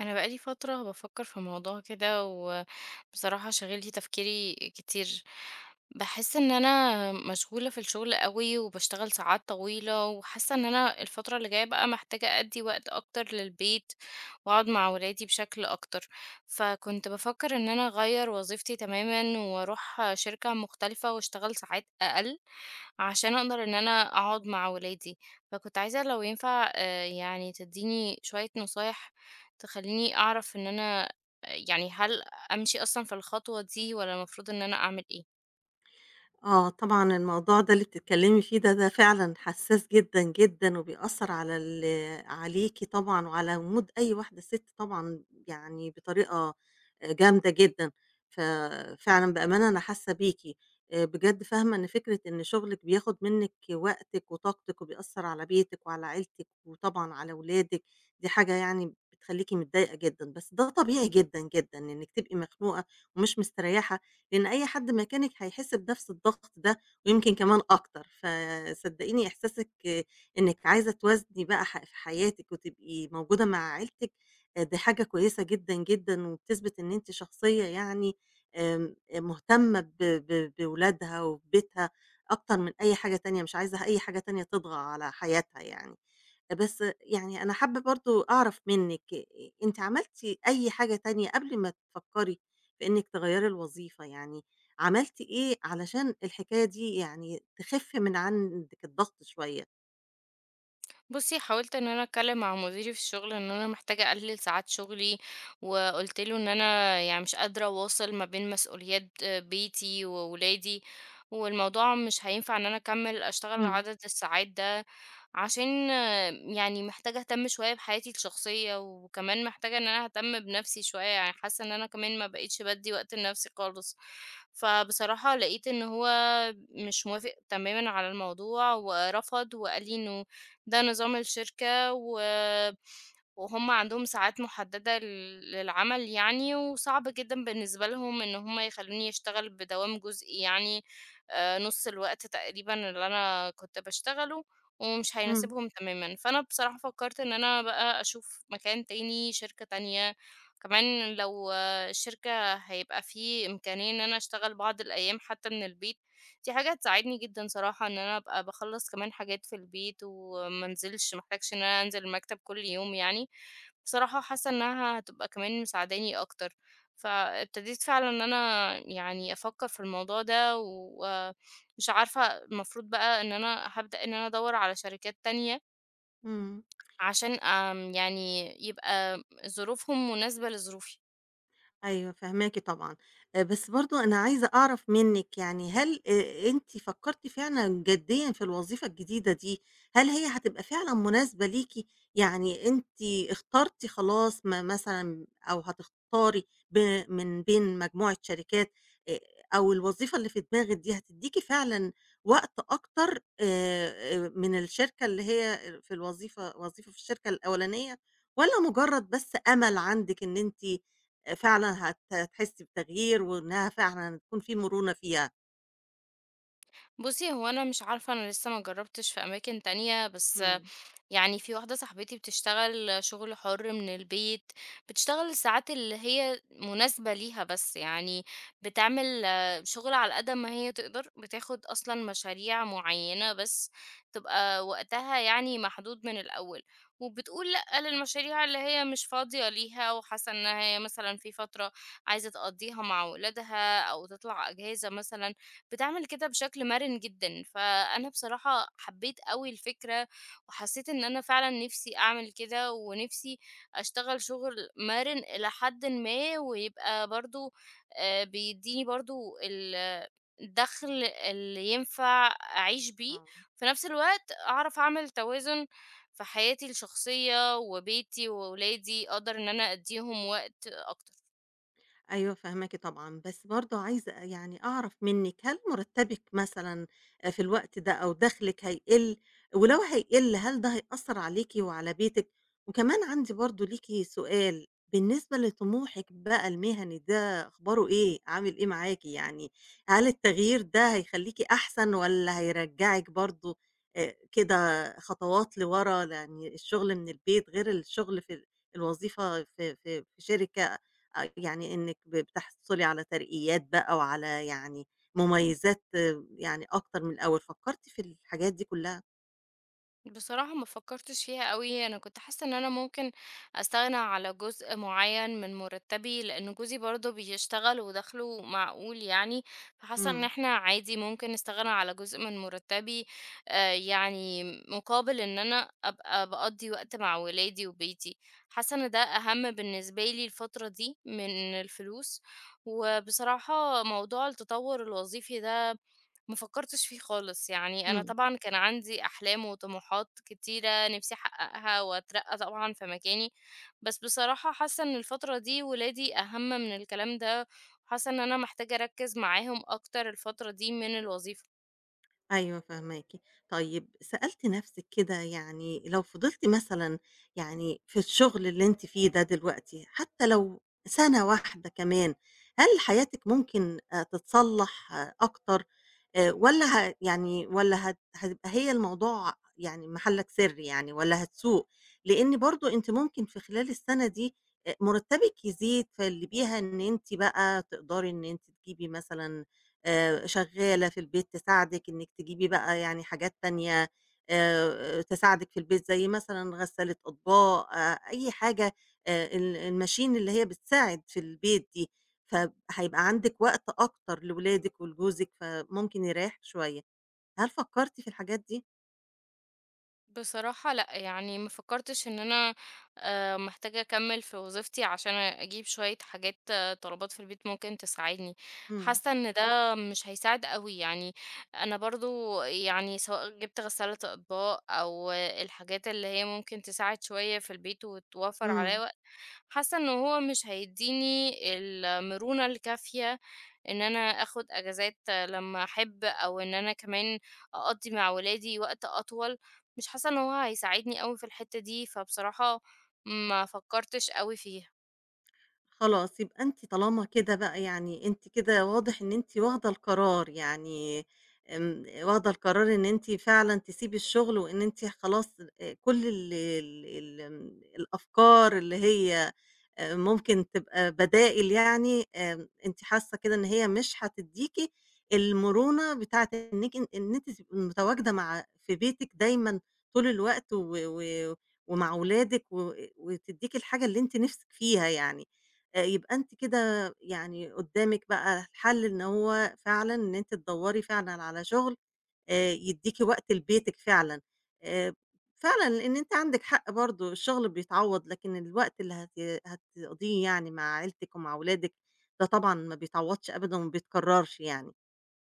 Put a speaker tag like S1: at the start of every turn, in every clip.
S1: انا بقالي فتره بفكر في موضوع كده، وبصراحه شاغلتي تفكيري كتير. بحس ان انا مشغوله في الشغل قوي وبشتغل ساعات طويله، وحاسه ان انا الفتره اللي جايه بقى محتاجه ادي وقت اكتر للبيت واقعد مع ولادي بشكل اكتر. فكنت بفكر ان انا اغير وظيفتي تماما واروح شركه مختلفه واشتغل ساعات اقل عشان اقدر ان انا اقعد مع ولادي. فكنت عايزه لو ينفع آه، يعني تديني شويه نصايح تخلّيني أعرف إن أنا يعني هل أمشي أصلًا في الخطوة دي والّا المفروض إن أنا أعمل إيه؟
S2: آه، طبعًا الموضوع ده اللي بتتكلمي فيه ده، ده فعلًا حساس جدًا، جدًا، وبيأثّر على عليكِ طبعًا وعلى mood أي واحدة ست طبعًا، يعني بطريقة جامدة جدًا، ففعلًا بأمانة أنا حاسة بيكِ، بجد فاهمة إن فكرة إن شغلِك بياخد منِّك وقتِك وطاقتِك وبيأثّر على بيتِك وعلى عيلتِك وطبعًا على ولادِك، دي حاجة يعني بتخلّيكِ متضايقة جدًا، بس ده طبيعي جدًا، جدًا إنِّك تبقي مخنوقة ومش مستريّحة لأن أي حد مكانِك هيحس بنفس الضغط ده، ويمكن كمان أكتر، فصدقيني إحساسِك آه، إنِّك عايزة توازني بقى في حياتِك وتبقي موجودة مع عيلتِك، دي حاجة كويسة جدًا، جدًا، وبتثبت إن أنتِ شخصية يعني مهتمة ب ب بولادها وببيتها أكتر من أي حاجة تانية، مش عايزة أي حاجة تانية تطغى على حياتها يعني. بس يعني أنا حابة برضه أعرف منِّك، أنتِ عملتِ أي حاجة تانية قبل ما تفكّري في إنِّك تغيّري الوظيفة، يعني عملتِ إيه علشان الحكاية دي يعني تخِف من عندِك الضغط شوية؟
S1: بُصّي، حاولت إن أنا أتكلّم مع مديري في الشغل إن أنا محتاجة أقلِّل ساعات شغلي، وقُلت له إن أنا يعني مش قادرة أواصل ما بين مسؤوليات بيتي وولادي، والموضوع مش هينفع إن أنا أكمّل أشتغل
S2: إمم،
S1: عدد الساعات ده، عشان يعني محتاجة أهتم شوية بحياتي الشخصية، وكمان محتاجة إن أنا أهتم بنَفْسي شوية، يعني حاسّة إن أنا كمان ما بقيتش بادّي وقت لنَفْسي خالص. فبصراحة لقيت إن هو مش موافق تمامًا على الموضوع ورفض وقال لي إنه ده نظام الشركة وهُم عندهم ساعات محددة للعمل يعني، وصعب جدًا بالنسبة لهم إن هُم يخلّوني أشتغل بدوام جزئي يعني، نُص الوقت تقريبًا اللي أنا كنت باشتغله، ومش
S2: إمم،
S1: هيناسبهم تمامًا. فأنا بصراحة فكّرت إن أنا بقى أشوف مكان تاني، شركة تانية، كمان لو آه، الشركة هيبقى في إمكانية إن أنا أشتغل بعض الأيام حتى من البيت. دي حاجة هتساعدني جدًا صراحة إن أنا أبقى باخلّص كمان حاجات في البيت وما انزلش، ما احتاجش إن أنا أنزل المكتب كل يوم يعني. بصراحة حاسة إنها هتبقى كمان مساعداني أكتر، فابتديت فعلًا إن أنا يعني أفكّر في الموضوع ده ومش عارفة المفروض بقى إن أنا هابدأ إن أنا أدوّر على شركات تانية
S2: إمم.
S1: عشان يعني يبقى ظروفهم مناسبة لظروفي.
S2: أيوه فاهماكِ طبعًا، بس برضه أنا عايزة أعرف منِّك، يعني هل أنتِ فكّرتِ فعلًا جديًا في الوظيفة الجديدة دي، هل هي هتبقى فعلًا مناسبة ليكِ؟ يعني أنتِ اخترتِ خلاص ما مثلًا أو هتختاري ب من بين مجموعة شركات، آآ أو الوظيفة اللي في دماغِك دي هتدّيكِ فعلًا وقت أكتر من الشركة اللي هي في الوظيفة وظيفة في الشركة الأولانية، والّا مجرد بس أمل عندِك إن أنتِ فعلًا هتحسّي بتغيير وإنها فعلًا تكون في مرونة فيها.
S1: بُصّي، هو أنا مش عارفة، أنا لسه ما جرّبتش في أماكن تانية، بس
S2: إمم،
S1: يعني في واحدة صاحبتي بتشتغل شغل حر من البيت، بتشتغل الساعات اللي هي مناسبة ليها، بس يعني بتعمل آه، شغل على قد ما هي تقدر، بتاخد أصلا مشاريع معينة بس، تبقى وقتها يعني محدود من الأول، وبتقول لأ للمشاريع اللي هي مش فاضية ليها، وحاسة إنها هي مثلا في فترة عايزة تقضيها مع ولادها أو تطلع أجازة مثلا، بتعمل كده بشكل مرن جدا. فأنا بصراحة حبيت قوي الفكرة وحسيت إن أنا فعلًا نِفْسي أعمل كده، ونِفْسي أشتغل شُغل مَرِن إلى حدٍ ما، ويبقى برضه بيدّيني برضه ال الدخل اللي ينفع أعيش بيه،
S2: آه.
S1: في نَفْس الوقت أعرف أعمل توازن في حياتي الشخصية وبيتي وولادي، أقدر إن أنا أدّيهم وقت أكتر.
S2: أيوه فاهماكِ طبعًا، بس برضه عايزة يعني أعرف منِّك، هل مرتبِك مثلًا في الوقت ده أو دخلِك هيقل؟ ولو هيقل هل ده هيأثر عليكِ وعلى بيتِك؟ وكمان عندي برضه ليكِ سؤال، بالنسبة لطموحِك بقى المهني ده أخباره إيه؟ عامل إيه معاكِ يعني؟ هل التغيير ده هيخليكِ أحسن والّا هيرجّعِك برضه كده خطوات لورا؟ يعني الشغل من البيت غير الشغل في الوظيفة في شركة، آه، يعني إنِّك بتحصلي على ترقيات بقى وعلى يعني مميزات، آه، يعني أكتر من الأول، فكّرتِ في الحاجات دي كلّها؟
S1: بصراحة ما فكرتش فيها قوي، انا كنت حاسة ان انا ممكن استغنى على جزء معين من مرتبي، لان جوزي برضه بيشتغل ودخله معقول يعني، فحاسة ان
S2: إمم،
S1: احنا عادي ممكن نستغنى على جزء من مرتبي، آه، يعني مقابل ان انا ابقى بقضي وقت مع ولادي وبيتي. حاسة ان ده اهم بالنسبة لي الفترة دي من الفلوس. وبصراحة موضوع التطور الوظيفي ده ما فكرتش فيه خالص، يعني أنا
S2: إمم.
S1: طبعًا كان عندي أحلام وطموحات كتيرة نِفْسي أحققها وأترقّى طبعًا في مكاني، بس بصراحة حاسة إن الفترة دي ولادي أهَم من الكلام ده، وحاسة إن أنا محتاجة أركّز معاهم أكتر الفترة دي من الوظيفة.
S2: أيوه فاهماكِ. طيب سألتِ نَفْسِك كده، يعني لو فضلتِ مثلًا يعني في الشغل اللي أنتِ فيه ده دلوقتي، حتى لو سَنة واحدة كمان، هل حياتِك ممكن تتصلّح آه، أكتر والّا يعني والّا هتبقى هي الموضوع يعني محلّك سر يعني، والّا هتسوء؟ لإن برضه أنتِ ممكن في خلال السَنة دي مُرتّبِك يزيد، فاللي بيها إن أنتِ بقى تقدري إن أنتِ تجيبي مثلًا شغالة في البيت تساعدِك إنِّك تجيبي بقى يعني حاجات تانية تساعدِك في البيت زي مثلًا غسالة أطباق، أي حاجة ال الماشين اللي هي بتساعد في البيت دي، فهيبقى عندِك وقت أكتر لولادِك ولجوزِك، فممكن يريحِك شوية. هل فكرتِ في الحاجات دي؟
S1: بصراحة لأ، يعني ما فكّرتش إن أنا محتاجة أكمّل في وظيفتي عشان أجيب شوية حاجات آه، طلبات في البيت ممكن تساعدني،
S2: إمم،
S1: حاسة إن ده مش هيساعد أوي، يعني أنا برضه يعني سواء جِبت غسالة أطباق أو الحاجات اللي هي ممكن تساعد شوية في البيت وتوفّر عليّا
S2: إمم.
S1: وقت، حاسة إن هو مش هيدّيني المرونة الكافية إن أنا آخد أجازات لمّا أحب، أو إن أنا كمان أقضّي مع ولادي وقت أطول، مش حاسة إن هو هيساعدني أوي في الحتّة دي، فبصراحة ما فكّرتش أوي فيها.
S2: خلاص، يبقى أنتِ طالما كده بقى، يعني أنتِ كده واضح إن أنتِ واخدة القرار، يعني آمم، واخدة القرار إن أنتِ فعلًا تسيبي الشغل وإن أنتِ خلاص، كل ال ال ال آمم، الأفكار اللي هي ممكن تبقى بدائل، يعني آمم، أنتِ حاسة كده إن هي مش هتدّيكِ المرونة بتاعة إنِّك إن أنتِ تبقي متواجدة في بيتِك دايمًا طول الوقت و و ومع ولادِك وتدّيكِ الحاجة اللي أنتِ نِفْسِك فيها يعني. يبقى أنتِ كده يعني قدّامِك بقى الحل إن هو فعلًا إن أنتِ تدوّري فعلًا على شغل يدّيكِ وقت لبيتِك فعلًا. آآ فعلًا، لإن أنتِ عندِك حق برضه، الشغل بيتعوّض، لكن الوقت اللي هتقضيه يعني مع عيلتِك ومع ولادِك ده طبعًا ما بيتعوّضش أبدًا وما بيتكرّرش يعني.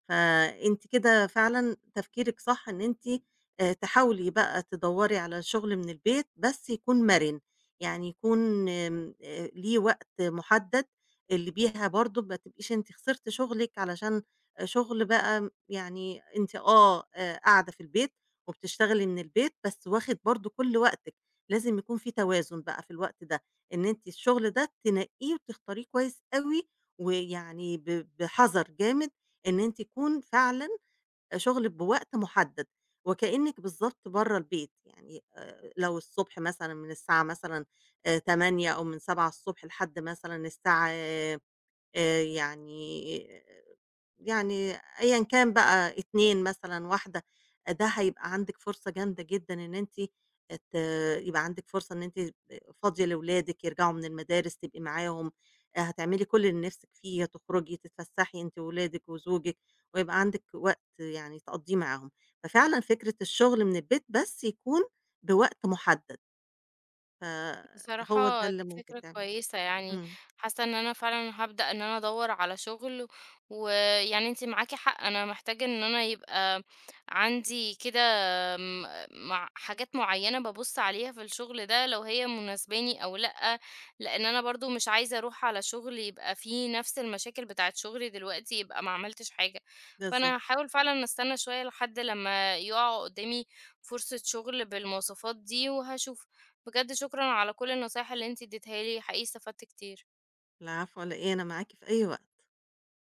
S2: فأنتِ كده فعلًا تفكيرِك صح إن أنتِ تحاولي بقى تدوّري على شغل من البيت بس يكون مَرِن، يعني يكون آمم ليه وقت مُحدد، اللي بيها برضه ما تبقيش أنتِ خسرتِ شغلِك علشان آه، شغل بقى يعني أنتِ قاعدة في البيت وبتشتغلي من البيت، بس واخد برضه كل وقتِك، لازم يكون في توازن بقى في الوقت ده، إن أنتِ الشغل ده تنقّيه وتختاريه كويس أوي، ويعني بحذر جامد، إن أنتِ يكون فعلًا شغلِك بوقت محدد، وكإنِّك بالضبط برّه البيت، يعني لو الصبح مثلًا من الساعة مثلًا 08:00 أو من 07:00 لحد مثلًا الساعة آآ يعني يعني أيًا كان بقى 2 مثلًا، واحدة، ده هيبقى عندِك فرصة جامدة جدًا إن أنتِ ت يبقى عندِك فرصة إن أنتِ فاضية لأولادِك يرجعوا من المدارس تبقي معاهم، آه، هتعملي كل اللي نِفْسِك فيه، هتخرجي تتفسحي أنتِ وولادِك وزوجِك، ويبقى عندِك وقت يعني تقضّيه معاهم. ففعلًا فكرة الشغل من البيت بس يكون بوقت محدد، فهو ده
S1: بصراحة دي
S2: اللي ممكن
S1: فكرة
S2: تعمليه.
S1: كويسة يعني،
S2: إمم،
S1: حاسة إن أنا فعلًا هابدأ إن أنا أدوّر على شغل، ويعني أنتِ معاكِ حق، أنا محتاجة إن أنا يبقى عندي كده مع حاجات معينة بابُص عليها في الشغل ده لو هي مناسباني أو لأ، لإن أنا برضه مش عايزة أروح على شغل يبقى فيه نفس المشاكل بتاعة شغلي دلوقتي، يبقى ما عملتش حاجة. فأنا
S2: بالضبط.
S1: هاحاول فعلًا أستنى شوية لحد لمّا يُقع قدّامي فرصة شغل بالمواصفات دي وهاشوف. بجد شكرًا على كل النصايح اللي أنتِ اديتيها لي، حقيقي استفدت كتير.
S2: العفو على إيه، أنا معاكِ في أي وقت.